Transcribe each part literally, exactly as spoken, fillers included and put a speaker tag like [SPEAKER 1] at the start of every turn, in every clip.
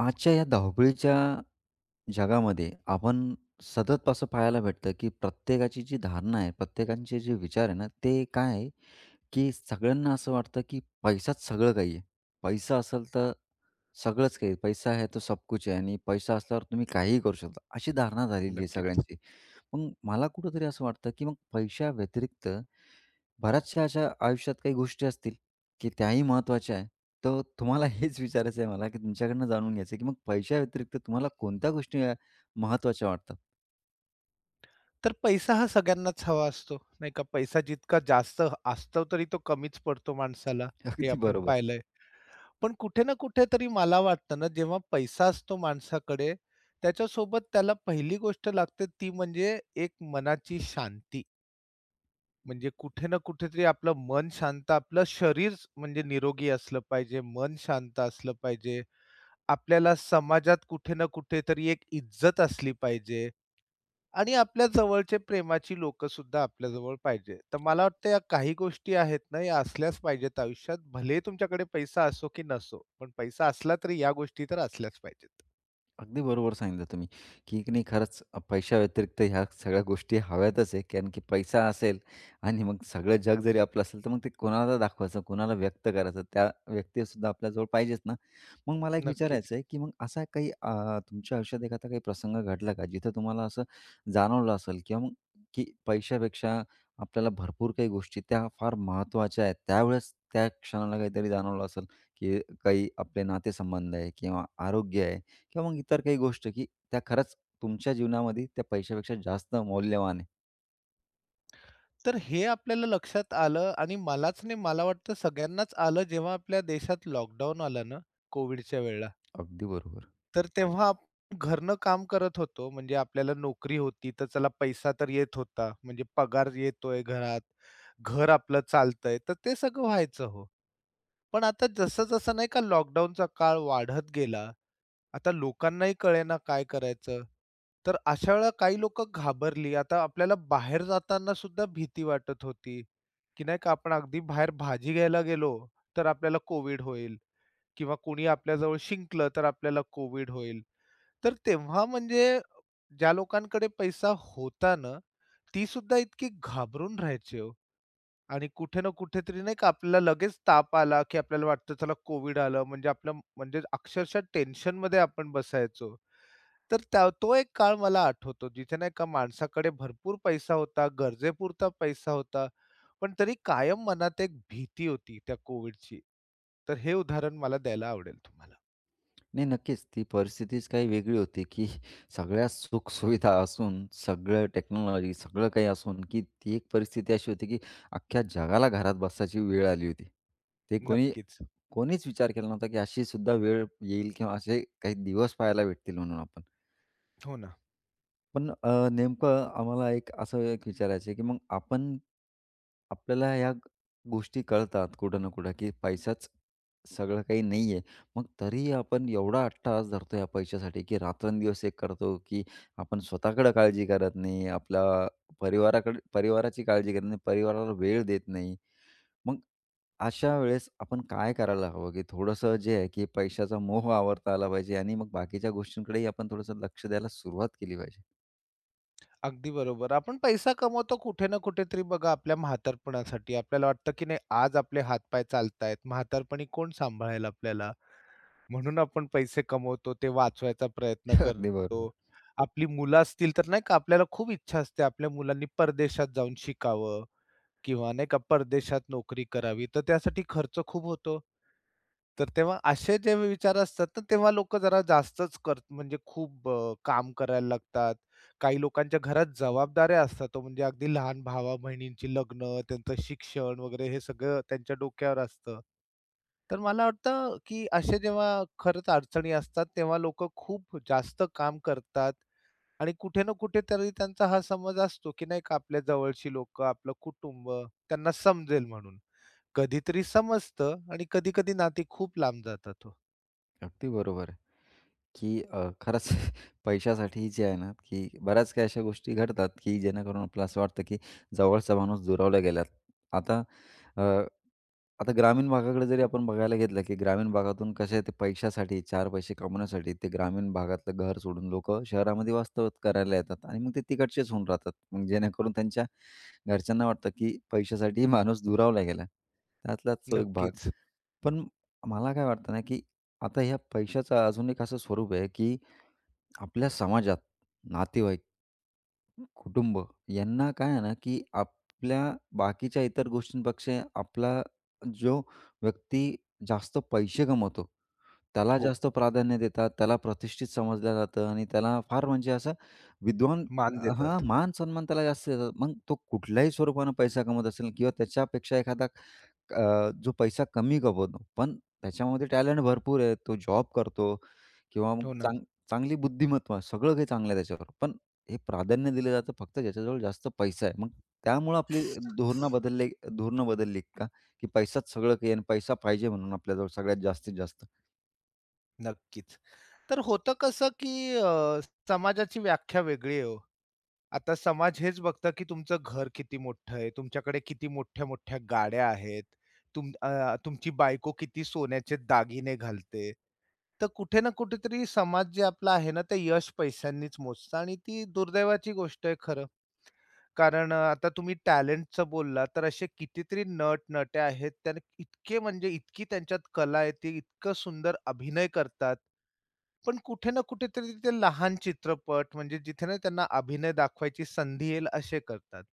[SPEAKER 1] आजच्या या धावपळीच्या जगामध्ये आपण सतत असं पाहायला भेटतं, की प्रत्येकाची जी धारणा आहे, प्रत्येकाचे जे विचार आहे ना, ते काय आहे, की सगळ्यांना असं वाटतं, की पैसाच सगळं काही आहे. पैसा असेल तर सगळंच काही आहे. पैसा है तो सब कुछ है आणि पैसा असल्यावर तुम्ही काहीही करू शकता. अशी धारणा झालेली आहे
[SPEAKER 2] नक्कीच.
[SPEAKER 1] सगळ्यांची. मग मला कुठेतरी असं वाटतं, की मग पैशाव्यतिरिक्त बऱ्याचशा अशा आयुष्यात काही गोष्टी असतील, की त्याही महत्त्वाच्या आहे. तर तुम्हाला हेच विचारायचं आहे मला, की तुमच्याकडनं जाणून घ्यायचं आहे, की मग पैशाव्यतिरिक्त तुम्हाला कोणत्या गोष्टी अ, महत्त्वाच्या वाटतात?
[SPEAKER 2] तर पैसा हा सगळ्यांनाच हवा असतो, नाही का? पैसा जितका जास्त असतो तरी तो कमीच पडतो माणसाला, हे
[SPEAKER 1] अगदी
[SPEAKER 2] आपण
[SPEAKER 1] बरोबर.
[SPEAKER 2] पाहिलंय. पण कुठे ना कुठेतरी मला वाटतं ना, जेव्हा पैसा असतो माणसाकडे, त्याच्यासोबत त्याला पहिली गोष्ट लागते ती म्हणजे एक मनाची शांती. म्हणजे कुठे ना कुठेतरी आपलं मन शांत, आपलं शरीर म्हणजे निरोगी असलं पाहिजे, मन शांत असलं पाहिजे. आपल्याला समाजात कुठे ना कुठेतरी एक इज्जत असली पाहिजे. आणि आपल्या जवळचे प्रेमाची लोकं सुद्धा आपल्याजवळ पाहिजे. तर मला वाटतं या काही गोष्टी आहेत ना, या असल्याच पाहिजेत आयुष्यात. भलेही तुमच्याकडे पैसा असो की नसो, पण पैसा असला तरी या गोष्टी तर असल्याच पाहिजेत.
[SPEAKER 1] अगदी बरोबर सांगितलं तुम्ही, की की नाही खरंच पैशाव्यतिरिक्त ह्या सगळ्या गोष्टी हव्यातच आहे. कारण की पैसा असेल आणि मग सगळं जग जरी आपलं असेल, तर मग ते कोणाला दाखवायचं, कोणाला व्यक्त करायचं, त्या व्यक्तीसुद्धा आपल्याजवळ पाहिजेच ना. मग मला एक
[SPEAKER 2] नक्कीच.
[SPEAKER 1] विचारायचं आहे, की मग असा काही अ, तुमच्या आयुष्यात एखादा काही प्रसंग घडला का? जिथं तुम्हाला असं जाणवलं असेल किंवा मग की पैशापेक्षा आपल्याला भरपूर काही गोष्टी त्या फार महत्त्वाच्या आहेत. त्यावेळेस त्या क्षणाला काहीतरी जाणवलं असेल, की काही आपले नातेसंबंध आहे किंवा आरोग्य आहे, किंवा मग इतर काही गोष्ट, की त्या खरंच तुमच्या जीवनामध्ये त्या पैशापेक्षा जास्त मौल्यवान आहे.
[SPEAKER 2] तर हे आपल्याला लक्षात आलं आणि मलाच नाही, मला वाटतं सगळ्यांनाच आलं जेव्हा आपल्या देशात लॉकडाऊन आलं ना, कोविडच्या वेळेला.
[SPEAKER 1] अगदी बरोबर.
[SPEAKER 2] तर तेव्हा आपण घरनं काम करत होतो. म्हणजे आपल्याला नोकरी होती, तर चला पैसा तर येत होता. म्हणजे पगार येतोय घरात, घर आपलं चालतंय. तर ते सगळं व्हायचं हो. पण आता जसं-जसं नाही का लॉकडाऊनचा काळ वाढत गेला, आता लोकांनाही कळेना काय करायचं. तर अशा वेळेला काही लोकं घाबरली. आता आपल्याला बाहेर जाताना सुद्धा भीती वाटत होती, की नाही का आपण अगदी बाहेर भाजी घ्यायला गेलो, तर आपल्याला कोव्हिड होईल किंवा कोणी आपल्याजवळ शिंकलं, तर आपल्याला कोव्हिड होईल. तर तेव्हा म्हणजे ज्या लोकांकडे पैसा होता ना, ती सुद्धा इतकी घाबरून राहायची हो. आणि कुठे ना कुठेतरी नाही का आपल्याला लगेच ताप आला, की आपल्याला वाटतं चला कोव्हिड आलं म्हणजे आपलं म्हणजे अक्षरशः टेन्शनमध्ये आपण बसायचो. तर त्या तो एक काळ मला आठवतो जिथे नाही का माणसाकडे भरपूर पैसा होता, गरजेपुरता पैसा होता, पण तरी कायम मनात एक भीती होती त्या कोव्हिडची. तर हे उदाहरण मला द्यायला आवडेल तुम्हाला.
[SPEAKER 1] नाही, नक्कीच. ती परिस्थितीच काही वेगळी होती, की सगळ्या सुखसुविधा असून, सगळं टेक्नॉलॉजी, सगळं काही असून, की ती एक परिस्थिती अशी होती, की अख्ख्या जगाला घरात बसायची वेळ आली होती. ते कोणी
[SPEAKER 2] नक्कीच.
[SPEAKER 1] कोणीच विचार केला नव्हता, की अशी सुद्धा वेळ येईल किंवा असे काही दिवस पाहायला भेटतील म्हणून आपण.
[SPEAKER 2] हो ना.
[SPEAKER 1] पण अ, नेमकं आम्हाला एक असं एक विचारायचं आहे, की मग आपण आपल्याला ह्या ग- गोष्टी कळतात कुठं ना कुठं, की पैसाच सगळं काही नाही आहे. मग तरीही आपण एवढा अट्टहास धरतो या पैशासाठी, की रात्रंदिवस एक करतो, की आपण स्वतःकडे काळजी करत नाही, आपल्या परिवाराकडे परिवाराची काळजी करत नाही, परिवाराला वेळ देत नाही. मग अशा वेळेस आपण काय करायला हवं, की थोडंसं जे आहे, की पैशाचा मोह आवरता आला पाहिजे आणि मग बाकीच्या गोष्टींकडेही आपण थोडंसं लक्ष द्यायला सुरुवात केली पाहिजे.
[SPEAKER 2] अगदी बरोबर. आपण पैसा कमवतो कुठे ना कुठेतरी बघा आपल्या म्हातारपणासाठी. आपल्याला वाटतं, की नाही आज आपले हात चालतायत, म्हातारपणी कोण सांभाळेल आपल्याला? म्हणून आपण पैसे कमवतो, ते वाचवायचा प्रयत्न
[SPEAKER 1] अगदी बरोबर.
[SPEAKER 2] करतो. आपली मुलं असतील तर नाही का आपल्याला खूप इच्छा असते आपल्या मुलांनी परदेशात जाऊन शिकावं किंवा नाही का परदेशात नोकरी करावी, तर त्यासाठी खर्च खूप होतो. तर तेव्हा असे जे विचार असतात ना, तेव्हा लोकं जरा जास्तच कर म्हणजे खूप अ, काम करायला लागतात. काही लोकांच्या घरात जबाबदाऱ्या असतात, तो म्हणजे अगदी लहान भावा-बहिणींची लग्न, त्यांचं शिक्षण वगैरे हे सगळं त्यांच्या डोक्यावर असतं. तर मला वाटतं, की असे जेव्हा खरंच अडचणी असतात, तेव्हा लोकं खूप जास्त काम करतात आणि कुठे ना कुठे तरी त्यांचा हा समज असतो, की नाही का आपल्या जवळची लोकं, आपलं कुटुंब त्यांना समजेल म्हणून. कधीतरी समजतं आणि कधी-कधी नाती खूप लांब जातात हो.
[SPEAKER 1] अगदी बरोबर आहे, की अ, खरंच पैशासाठी जे आहे ना, की बऱ्याच काही अशा गोष्टी घडतात, की जेणेकरून आपलं असं वाटतं, की जवळचा माणूस दुरावला गेला. आता अ, आता ग्रामीण भागाकडे जरी आपण बघायला घेतलं, की ग्रामीण भागातून कसे ते पैशासाठी, चार पैसे कमवण्यासाठी ते ग्रामीण भागातलं घर सोडून लोकं शहरामध्ये वास्तव करायला येतात आणि मग ते तिकडचेच होऊन राहतात. मग जेणेकरून त्यांच्या घरच्यांना वाटतं, की पैशासाठी माणूस दुरावला गेला. त्यातलाच तो एक भाग.
[SPEAKER 2] नक्कीच.
[SPEAKER 1] पण मला काय वाटतं ना, की आता ह्या पैशाचं अजून एक असं स्वरूप आहे, की आपल्या समाजात नातेवाईक, कुटुंब यांना काय आहे ना, की आपल्या बाकीच्या इतर गोष्टींपेक्षा आपला जो व्यक्ती जास्त पैसे कमवतो, त्याला
[SPEAKER 2] हो.
[SPEAKER 1] जास्त प्राधान्य देतात. त्याला प्रतिष्ठित समजलं जातं आणि त्याला फार म्हणजे असं विद्वान
[SPEAKER 2] मान
[SPEAKER 1] हां,
[SPEAKER 2] देतात.
[SPEAKER 1] मान-सन्मान त्याला जास्त देतात. मग तो कुठल्याही स्वरूपानं पैसा कमवत असेल किंवा त्याच्यापेक्षा एखादा अ, जो पैसा कमी कमवतो, पण त्याच्यामध्ये टॅलेंट भरपूर आहे. तो जॉब करतो किंवा मग
[SPEAKER 2] हो ना.
[SPEAKER 1] चांग चांगली बुद्धिमत्ता सगळं काही चांगलं आहे त्याच्यावर. पण हे प्राधान्य दिलं जातं फक्त ज्याच्याजवळ जास्त पैसा आहे. मग त्यामुळं आपली धोरणं बदलले धोरणं बदलली का? की पैसाच सगळं काही आणि पैसा पाहिजे म्हणून आपल्याजवळ सगळ्यात जास्तीत जास्त.
[SPEAKER 2] नक्कीच. तर होतं कसं, की अ, समाजाची व्याख्या वेगळी आहे हो. आता समाज हेच बघतं, की तुमचं घर किती मोठं आहे, तुमच्याकडे किती मोठ्या-मोठ्या गाड्या आहेत, तुम अ, तुमची बायको किती सोन्याचे दागिने घालते. तर कुठे ना कुठेतरी समाज जे आपला आहे ना, ते यश पैशांनीच मोजतं आणि ती दुर्दैवाची गोष्ट आहे खरं. कारण अ, आता तुम्ही टॅलेंटचं बोलला, तर असे कितीतरी नट-नट्या आहेत. त्याने इतके म्हणजे इतकी त्यांच्यात कला आहे, ते इतकं सुंदर अभिनय करतात. पण कुठे ना कुठेतरी ते लहान चित्रपट, म्हणजे जिथे ना त्यांना अभिनय दाखवायची संधी येईल असे करतात.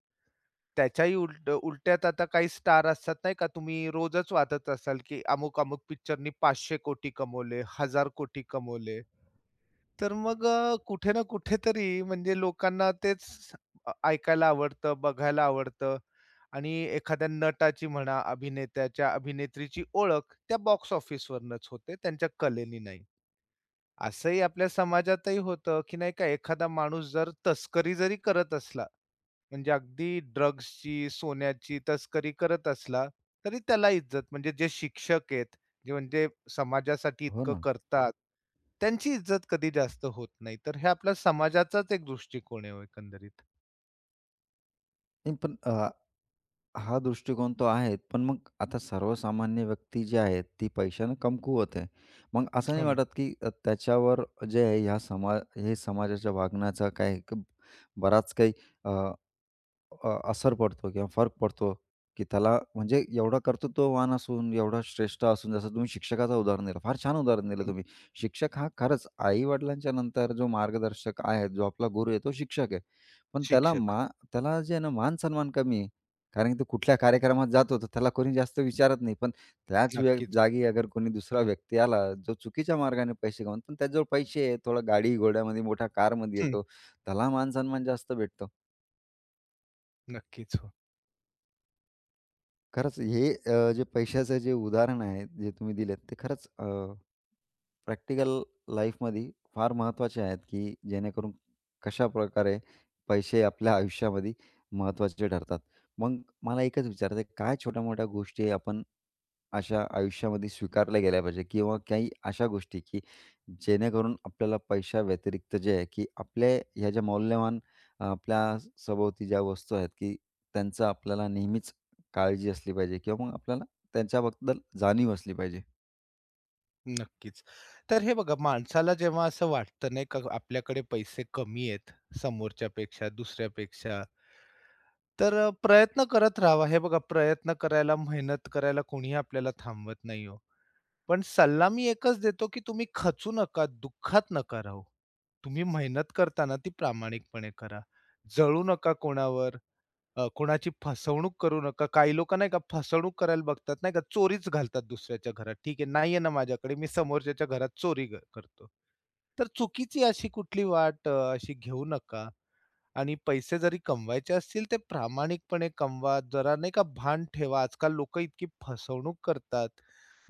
[SPEAKER 2] त्याच्याही उलट उलट्यात आता काही स्टार असतात नाही का, तुम्ही रोजच वाचत असाल, की अमुक-अमुक पिक्चरनी पाचशे कोटी कमवले, एक हजार कोटी कमवले. तर मग अ, कुठे ना कुठेतरी म्हणजे लोकांना तेच अ, ऐकायला आवडतं, बघायला आवडतं आणि एखाद्या नटाची म्हणा, अभिनेत्याच्या, अभिनेत्रीची ओळख त्या बॉक्स ऑफिसवरनंच होते, त्यांच्या कलेनी नाही. असंही आपल्या समाजातही होतं, की नाही का एखादा माणूस जर तस्करी जरी करत असला, म्हणजे अगदी ड्रग्सची, सोन्याची तस्करी करत असला, तरी त्याला इज्जत म्हणजे जे शिक्षक आहेत, जे म्हणजे समाजासाठी
[SPEAKER 1] हो
[SPEAKER 2] इतकं
[SPEAKER 1] ना.
[SPEAKER 2] करतात, त्यांची इज्जत कधी जास्त होत नाही. तर हे आपल्या समाजाचाच एक दृष्टिकोन आहे हो एकंदरीत.
[SPEAKER 1] नाही पण अ हा दृष्टिकोन तो आहे. पण मग आता सर्वसामान्य व्यक्ती जी आहे, ती पैशानं कमकुवत आहे. मग असं
[SPEAKER 2] हो
[SPEAKER 1] नाही
[SPEAKER 2] ना.
[SPEAKER 1] वाटत, की अ, त्याच्यावर जे आहे ह्या समाज हे समाजाच्या वागण्याचा काही क बराच काही अ, असर पडतो किंवा फरक पडतो, की त्याला म्हणजे एवढा कर्तृत्ववान असून, एवढा श्रेष्ठ असून, जसं तुम्ही शिक्षकाचं उदाहरण दिलं. फार छान उदाहरण दिलं
[SPEAKER 2] हं.
[SPEAKER 1] तुम्ही. शिक्षक हा खरंच आई-वडिलांच्या नंतर जो मार्गदर्शक आहे, जो आपला गुरु आहे, तो शिक्षक आहे. पण त्याला
[SPEAKER 2] शिक्षक.
[SPEAKER 1] मा त्याला जे आहे ना मान-सन्मान कमी आहे. कारण की तो कुठल्या कार्यक्रमात जातो, तर त्याला कोणी जास्त विचारत नाही. पण त्याच व्य
[SPEAKER 2] नक्कीच.
[SPEAKER 1] जागी अगर कोणी दुसरा व्यक्ती आला, जो चुकीच्या मार्गाने पैसे कमवतो, पण त्याच्याजवळ पैसे आहे, थोडा गाडी-घोड्यामध्ये, मोठ्या कारमध्ये
[SPEAKER 2] हं.
[SPEAKER 1] येतो, त्याला मान-सन्मान जास्त भेटतो.
[SPEAKER 2] नक्कीच. हो.
[SPEAKER 1] खरंच हे अ, जे पैशाचं जे उदाहरण आहे, जे तुम्ही दिलेत, ते खरंच अ, प्रॅक्टिकल लाईफमध्ये फार महत्त्वाचे आहेत, की जेणेकरून कशा प्रकारे पैसे आपल्या आयुष्यामध्ये महत्त्वाचे ठरतात. मग मला एकच विचारायचं आहे, काय छोट्या-मोठ्या गोष्टी आपण अशा आयुष्यामध्ये स्वीकारल्या गेल्या पाहिजे किंवा काही अशा गोष्टी की जेणेकरून आपल्याला पैशाव्यतिरिक्त जे आहे की आपल्या ह्या ज्या मौल्यवान अ, आपल्या सभोवती ज्या वस्तू आहेत की त्यांचा आपल्याला नेहमीच काळजी असली पाहिजे किंवा मग आपल्याला त्यांच्याबद्दल जाणीव असली पाहिजे.
[SPEAKER 2] नक्कीच. तर हे बघा माणसाला जेव्हा असं वाटतं नाही का आपल्याकडे पैसे कमी आहेत समोरच्यापेक्षा, दुसऱ्यापेक्षा, तर अ, प्रयत्न करत राहावा. हे बघा प्रयत्न करायला, मेहनत करायला कोणीही आपल्याला थांबवत नाही हो. पण सल्ला मी एकच देतो, की तुम्ही खचू नका, दुःखात नका राहू. तुम्ही मेहनत करताना ती प्रामाणिकपणे करा. जळू नका कोणावर. अ, कोणाची फसवणूक करू नका. काही लोकं नाही का फसवणूक करायला बघतात, नाही का चोरीच घालतात दुसऱ्याच्या घरात. ठीक आहे, नाहीये ना माझ्याकडे, मी समोरच्याच्या घरात चोरी ग करतो. तर चुकीची अशी कुठली वाट अ, अशी घेऊ नका आणि पैसे जरी कमवायचे असतील ते प्रामाणिकपणे कमवा. जरा नाही का भान ठेवा. आजकाल लोकं इतकी फसवणूक करतात.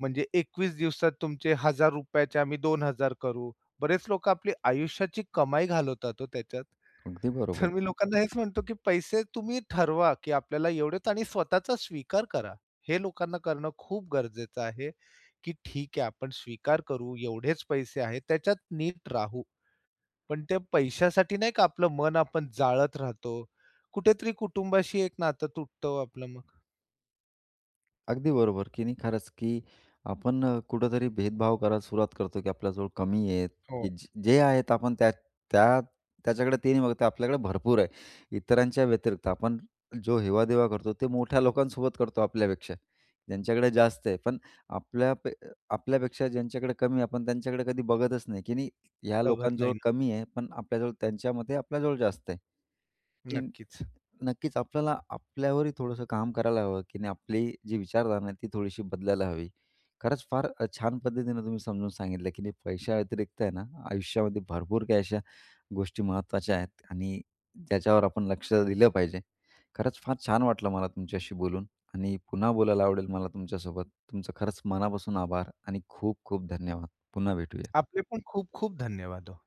[SPEAKER 2] म्हणजे एकवीस दिवसात तुमचे ₹एक हजार रुपये आम्ही दोन हजार करू. बरेच लोकं आपली आयुष्याची कमाई घालवतात हो त्याच्यात.
[SPEAKER 1] अगदी
[SPEAKER 2] तर
[SPEAKER 1] बरोबर.
[SPEAKER 2] मी लोकांना हेच म्हणतो, की पैसे तुम्ही ठरवा, की आपल्याला एवढेच आणि स्वतःचा स्वीकार करा. हे लोकांना करणं खूप गरजेचं आहे, की ठीक आहे आपण स्वीकार करू, एवढेच पैसे आहेत, त्याच्यात नीट राहू. पण त्या पैशासाठी नाही का आपलं मन आपण जाळत राहतो. कुठेतरी कुटुंबाशी एक नातं तुटतं हो आपलं मग.
[SPEAKER 1] अगदी बरोबर, की नाही खरंच, की आपण अ, कुठेतरी भेदभाव करायला सुरुवात करतो, की आपल्याजवळ कमी आहेत,
[SPEAKER 2] हो.
[SPEAKER 1] की ज जे आहेत आपण त्या त्या त्याच्याकडे ते नाही बघत, आपल्याकडे भरपूर आहे. इतरांच्या व्यतिरिक्त आपण जो हेवा-देवा करतो, ते मोठ्या लोकांसोबत करतो आपल्यापेक्षा, ज्यांच्याकडे जास्त आहे. पण आपल्या पे आपल्यापेक्षा ज्यांच्याकडे कमी आहे, आपण त्यांच्याकडे कधी बघतच नाही, की नाही ह्या
[SPEAKER 2] बघत नाही
[SPEAKER 1] लोकांजवळ
[SPEAKER 2] ना.
[SPEAKER 1] कमी आहे, पण आपल्याजवळ त्यांच्यामध्ये आपल्याजवळ जास्त आहे.
[SPEAKER 2] नक्कीच.
[SPEAKER 1] नक्कीच आपल्याला आपल्यावरही थोडंसं काम करायला हवं, की नाही आपली जी विचारधारणा आहे ती थोडीशी बदलायला हवी. खरंच फार अ, छान पद्धतीनं तुम्ही समजून सांगितलं, की नाही पैशाव्यतिरिक्त आहे ना, आयुष्यामध्ये भरपूर काही अशा गोष्टी महत्त्वाच्या आहेत आणि ज्याच्यावर आपण लक्ष दिलं पाहिजे. खरंच फार छान वाटलं मला तुमच्याशी बोलून आणि पुन्हा बोलायला आवडेल मला तुमच्यासोबत. तुमचं खरंच मनापासून आभार आणि खूप खूप धन्यवाद. पुन्हा भेटूया.
[SPEAKER 2] आपले पण खूप खूप धन्यवाद हो.